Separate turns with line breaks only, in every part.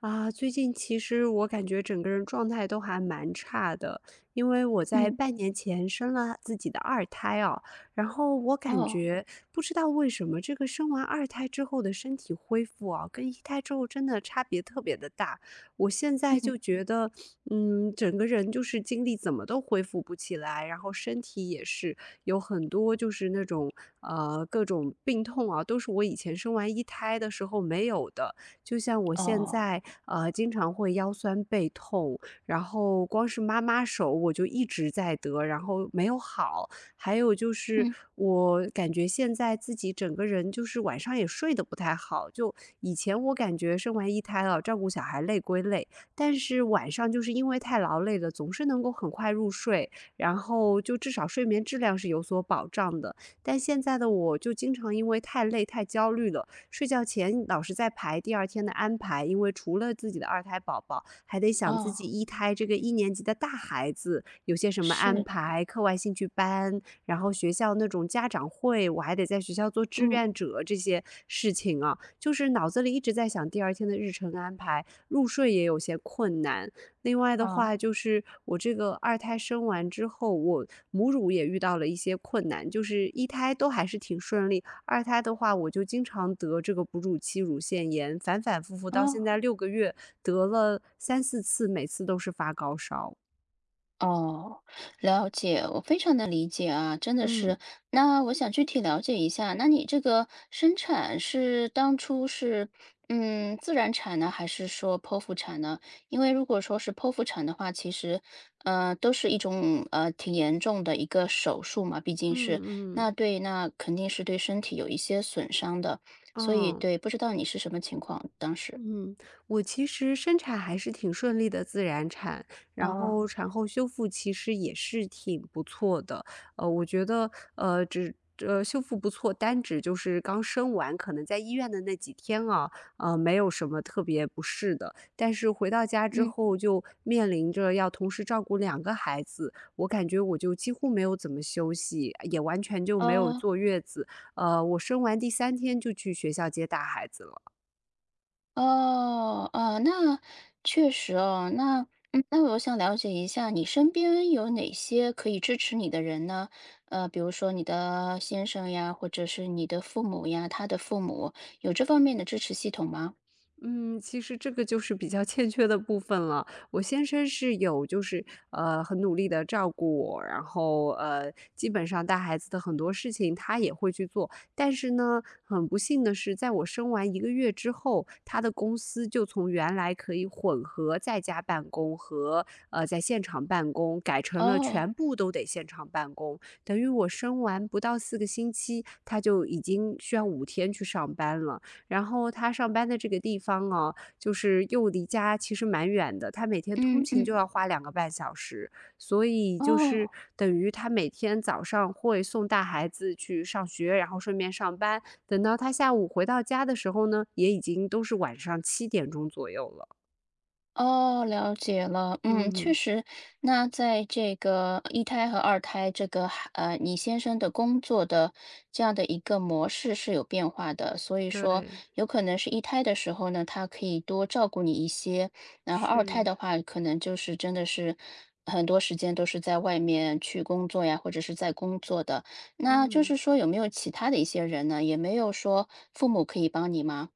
啊，最近其实我感觉整个人状态都还蛮差的，因为我在
嗯，
半年前生了自己的二胎啊，然后我感
哦，
觉不知道为什么这个生完二胎之后的身体恢复啊，跟一胎之后真的差别特别的大。我现在
嗯，
就觉得，整个人就是精力怎么都恢复不起来，然后身体也是有很多就是那种各种病痛啊，都是我以前生完一胎的时候没有的。就像我现
哦，
在经常会腰酸背痛，然后光是妈妈手我就一直在得，然后没有好。还有就是
嗯，
我感觉现在自己整个人就是晚上也睡得不太好，就以前我感觉生完一胎啊，照顾小孩累归累，但是晚上就是因为太劳累了，总是能够很快入睡，然后就至少睡眠质量是有所保障的。但现在的我就经常因为太累太焦虑了。睡觉前老是在排第二天的安排，因为除了自己的二胎宝宝，还得想自
哦，
己一胎这个一年级的大孩子有些什么安
是，
排，课外兴趣班，然后学校那种家长会，我还得在学校做志
嗯，
愿者这些事情啊，就是脑子里一直在想第二天的日程安排，入睡也有些困难。另外的
好，
话，就是我这个二胎生完之后，我母乳也遇到了一些困难，就是一胎都还是挺顺利，二胎的话，我就经常得这个哺乳期乳腺炎，反反复复到现
哦。
在6个月，得了3、4次，每次都是发高烧。
哦，了解，我非常的理解啊，真的
嗯，
是。那我想具体了解一下，那你这个生产是当初是自然产呢，还是说剖腹产呢？因为如果说是剖腹产的话，其实都是一种挺严重的一个手术嘛，毕竟
嗯
是那
嗯，
对那肯定是对身体有一些损伤的，所以
嗯。
对，不知道你是什么情况当时。
嗯，我其实生产还是挺顺利的，自然产，然
哦，
后产后修复其实也是挺不错的。我觉得，只修复不错，单指就是刚生完，可能在医院的那几天啊，没有什么特别不适的。但是回到家之
嗯，
后，就面临着要同时照顾两个孩子，我感觉我就几乎没有怎么休息，也完全就没有
哦。
坐月子。我生完第三天就去学校接大孩子了。
哦，哦，那确实哦。那我想了解一下，你身边有哪些可以支持你的人呢？比如说你的先生呀，或者是你的父母呀，他的父母，有这方面的支持系统吗？
嗯，其实这个就是比较欠缺的部分了。我先生是有就是，很努力的照顾我，然后，基本上带孩子的很多事情他也会去做。但是呢，很不幸的是，在我生完一个月之后，他的公司就从原来可以混合在家办公和，在现场办公，改成了
哦，
全部都得现场办公。等于我生完不到4个星期，他就已经需要5天去上班了。然后他上班的这个地方哦，就是又离家其实蛮远的，他每天通
嗯
勤
嗯，
就要花2个半小时，所以就是
哦。
等于他每天早上会送大孩子去上学，然后顺便上班，等到他下午回到家的时候呢，也已经都是晚上7点钟左右了。
哦，了解了。嗯，确
嗯，
实，那在这个一胎和二胎这个你先生的工作的这样的一个模式是有变化的，所以说
对，
有可能是一胎的时候呢，他可以多照顾你一些，然后二胎
是，
的话，可能就是真的是很多时间都是在外面去工作呀，或者是在工作的。那就是
嗯。
说有没有其他的一些人呢？也没有说父母可以帮你吗？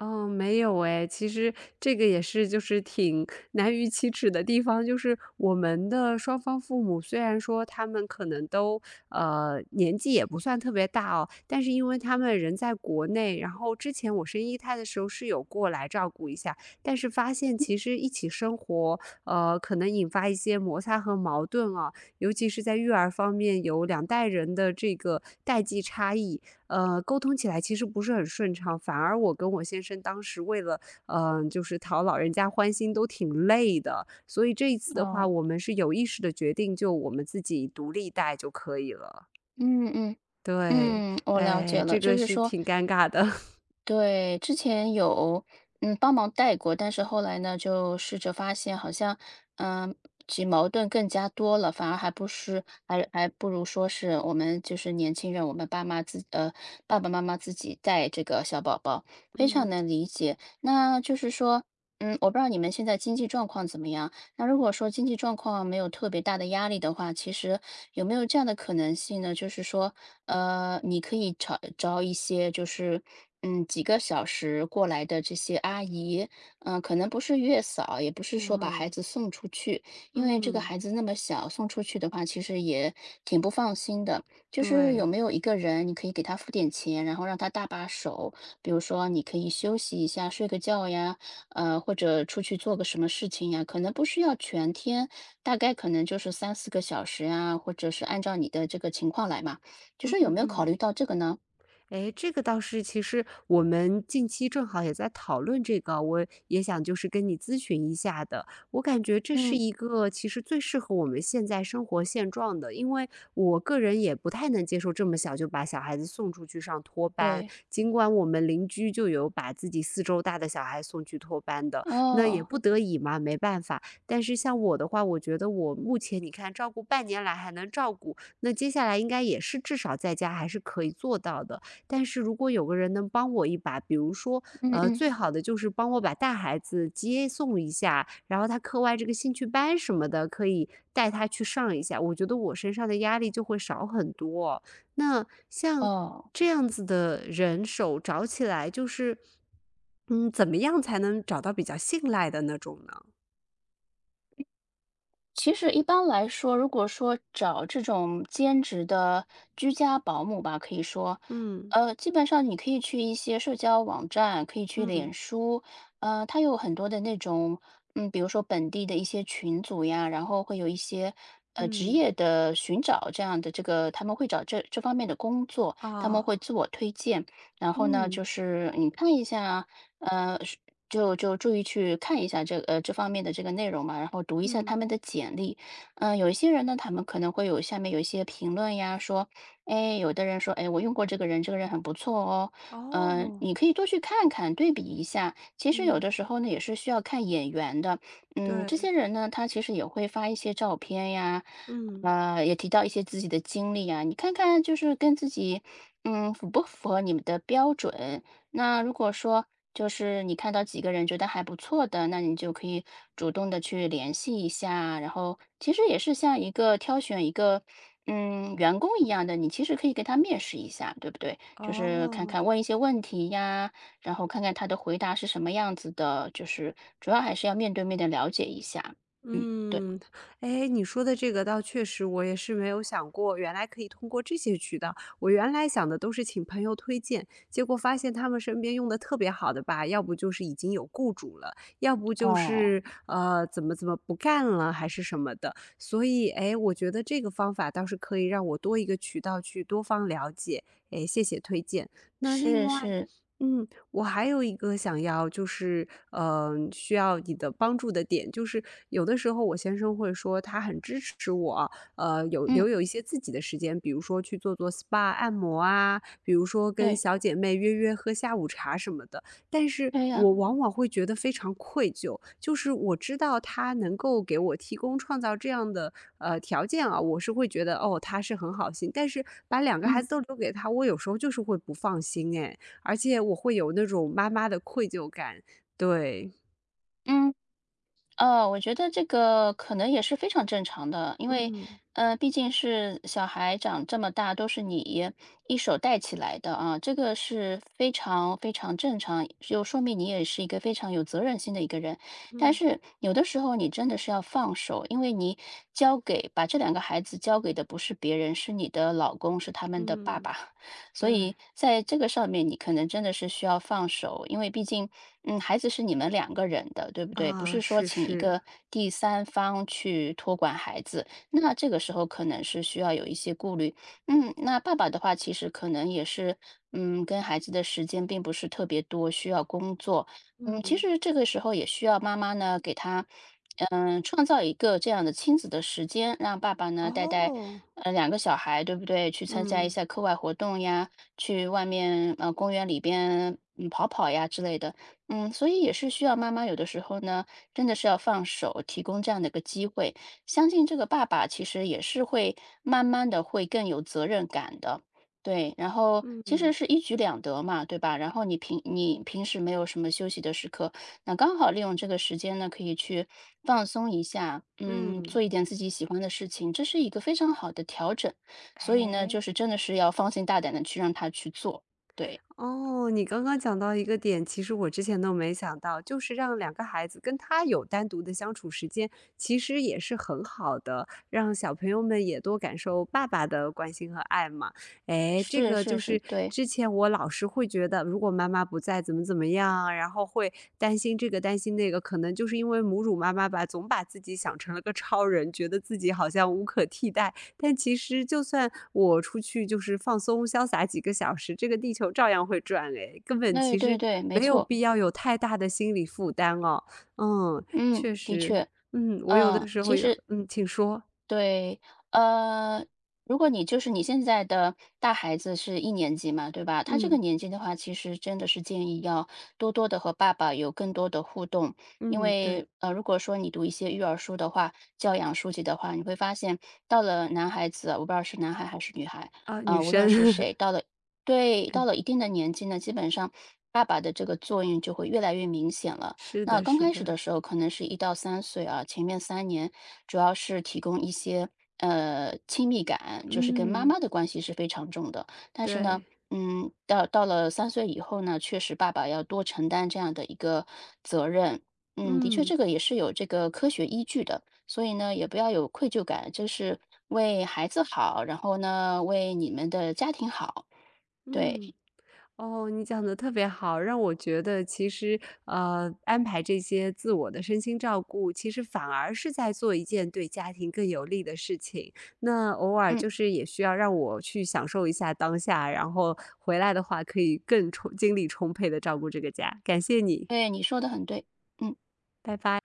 哦，没有诶，其实这个也是就是挺难于启齿的地方，就是我们的双方父母虽然说他们可能都，年纪也不算特别大哦，但是因为他们人在国内，然后之前我生一胎的时候是有过来照顾一下，但是发现其实一起生活，可能引发一些摩擦和矛盾啊，尤其是在育儿方面有2代人的这个代际差异，沟通起来其实不是很顺畅，反而我跟我先生当时为了，就是讨老人家欢心都挺累的，所以这一次的话，
哦，
我们是有意识的决定就我们自己独立带就可以了。
嗯嗯。
对，
嗯，我了
哎，
解了，
这
就
个
是
是
说，
挺尴尬的。
对，之前有帮忙带过，但是后来呢，就试着发现好像，嗯、其矛盾更加多了，反而还不是，还不如说是我们就是年轻人，我们爸爸妈妈自己带这个小宝宝，非常
嗯，
能理解。那就是说，我不知道你们现在经济状况怎么样。那如果说经济状况没有特别大的压力的话，其实有没有这样的可能性呢？就是说，你可以找找一些就是，几个小时过来的这些阿姨，可能不是月嫂，也不是说把孩
嗯，
子送出去，因为这个
嗯，
孩子那么小，送出去的话，其实也挺不放心的。就是有
对，
没有一个人，你可以给他付点钱，然后让他搭把手，比如说你可以休息一下，睡个觉呀，或者出去做个什么事情呀，可能不需要全天，大概可能就是三四个小时呀，或者是按照你的这个情况来嘛。就
嗯
是有没有考
嗯。
虑到这个呢？
诶，这个倒是其实我们近期正好也在讨论这个，我也想就是跟你咨询一下的。我感觉这是
嗯，
一个其实最适合我们现在生活现状的，因为我个人也不太能接受这么小就把小孩子送出去上托班，
对，
尽管我们邻居就有把自己4周大的小孩送去托班的，那也
哦，
不得已嘛，没办法。但是像我的话，我觉得我目前你看照顾半年来还能照顾，那接下来应该也是至少在家还是可以做到的。但是如果有个人能帮我一把，比如说，
嗯嗯，
最好的就是帮我把大孩子接送一下，然后他课外这个兴趣班什么的，可以带他去上一下，我觉得我身上的压力就会少很多。那像
哦。
这样子的人手找起来，就是，怎么样才能找到比较信赖的那种呢？
其实一般来说，如果说找这种兼职的居家保姆吧，可以说，
嗯
基本上你可以去一些社交网站，可以去脸
嗯
书，它有很多的那种，比如说本地的一些群组呀，然后会有一些职
嗯，
业的寻找这样的这个，他们会找这方面的工作，他们
啊，
会自我推荐。然后呢，
嗯
就是你看一下，是就注意去看一下这方面的这个内容嘛，然后读一下他
嗯，
们的简历。有一些人呢，他们可能会有下面有一些评论呀，说，哎，有的人说，哎，我用过这个人，这个人很不错哦。
哦，
你可以多去看看，对比一下。其实有
嗯，
的时候呢，也是需要看眼缘的。这些
对，
人呢，他其实也会发一些照片呀，
嗯。
也提到一些自己的经历呀。你看看，就是跟自己，符不符合你们的标准？那如果说就是你看到几个人觉得还不错的，那你就可以主动的去联系一下。然后其实也是像一个挑选一个，员工一样的，你其实可以给他面试一下，对不对？就是看
哦。
看问一些问题呀，然后看看他的回答是什么样子的，就是主要还是要面对面的了解一下。嗯，对，
嗯，哎，你说的这个倒确实，我也是没有想过，原来可以通过这些渠道。我原来想的都是请朋友推荐，结果发现他们身边用的特别好的吧，要不就是已经有雇主了，要不就
哦，
是怎么怎么不干了，还是什么的。所以，哎，我觉得这个方法倒是可以让我多一个渠道去多方了解。哎，谢谢推荐。那另
是
外，
是，
嗯。我还有一个想要就是，需要你的帮助的点，就是有的时候我先生会说他很支持我，有
嗯，
留有一些自己的时间，比如说去做做 SPA 按摩啊，比如说跟
对，
小姐妹约约喝下午茶什么的。但是
对呀，
我往往会觉得非常愧疚，就是我知道他能够给我提供创造这样的条件啊，我是会觉得他是很好心，但是把两个孩
嗯
子都留给他，我有时候就是会不放心诶。而且我会有那种妈妈的愧疚感，对。
嗯。哦，我觉得这个可能也是非常正常的，因为，
嗯
毕竟是小孩长这么大，都是你一手带起来的啊，这个是非常非常正常，就说明你也是一个非常有责任心的一个人。但
嗯
是有的时候你真的是要放手，因为你把这两个孩子交给的不是别人，是你的老公，是他们的爸爸，
嗯。
所
对，
以在这个上面你可能真的是需要放手，因为毕竟。嗯，孩子是你们两个人的，对不对？不
啊，
是说
是
请一
是。
个第三方去托管孩子，那这个时候可能是需要有一些顾虑。那爸爸的话，其实可能也是，跟孩子的时间并不是特别多，需要工作。其
嗯，
实这个时候也需要妈妈呢，给他，创造一个这样的亲子的时间，让爸爸呢带带，
哦，
两个小孩，对不对？去参加一
嗯
下课外活动呀，去外面公园里边跑跑呀之类的。所以也是需要妈妈有的时候呢，真的是要放手，提供这样的一个机会。相信这个爸爸其实也是会慢慢的会更有责任感的，对。然后其实
嗯
是一举两得嘛，对吧？然后你平时没有什么休息的时刻，那刚好利用这个时间呢，可以去放松一下，做
嗯，
一点自己喜欢的事情，这是一个非常好的调整。所以呢，就
哎。
是真的是要放心大胆的去让他去做，对，
哦，你刚刚讲到一个点，其实我之前都没想到，就是让两个孩子跟他有单独的相处时间，其实也是很好的，让小朋友们也多感受爸爸的关心和爱嘛。诶，这
是
个
是
就
是，
是
对。
之前我老是会觉得，如果妈妈不在怎么怎么样，然后会担心这个担心那个，可能就是因为母乳妈妈吧，总把自己想成了个超人，觉得自己好像无可替代，但其实就算我出去就是放松潇洒几个小时，这个地球照样会转诶根本
对
其
对
实
对，没
没有
错，
必要有太大的心理负担哦。嗯，
嗯，
确
的
实，
确，
我有的时候
其
有
实
请说。
对，呃，如果你就是你现在的大孩子是一年级嘛，对吧？他这个
嗯，
年纪的话，其实真的是建议要多多的和爸爸有更多的互动，因
嗯，对，
为如果说你读一些育儿书的话、教养书籍的话，你会发现到了男孩子，我不知道是男孩还是女孩，
啊，女
无论
生，
是谁，到了对，到了一定的年纪呢，基本上爸爸的这个作用就会越来越明显了。
是
那
的
刚
是
开始
的，
的时候可能是1到3岁啊，前面3年主要是提供一些，亲密感，就是跟妈
嗯，
妈的关系是非常重的。但是呢，
对，
到了三岁以后呢，确实爸爸要多承担这样的一个责任。的确
嗯，
这个也是有这个科学依据的，所以呢，也不要有愧疚感，就是为孩子好，然后呢，为你们的家庭好。对，
嗯。哦，你讲的特别好，让我觉得其实，安排这些自我的身心照顾，其实反而是在做一件对家庭更有利的事情。那偶尔
嗯，
就是也需要让我去享受一下当下，然后回来的话可以更精力充沛的照顾这个家。感谢你，
对，你说的很对，嗯。
拜拜。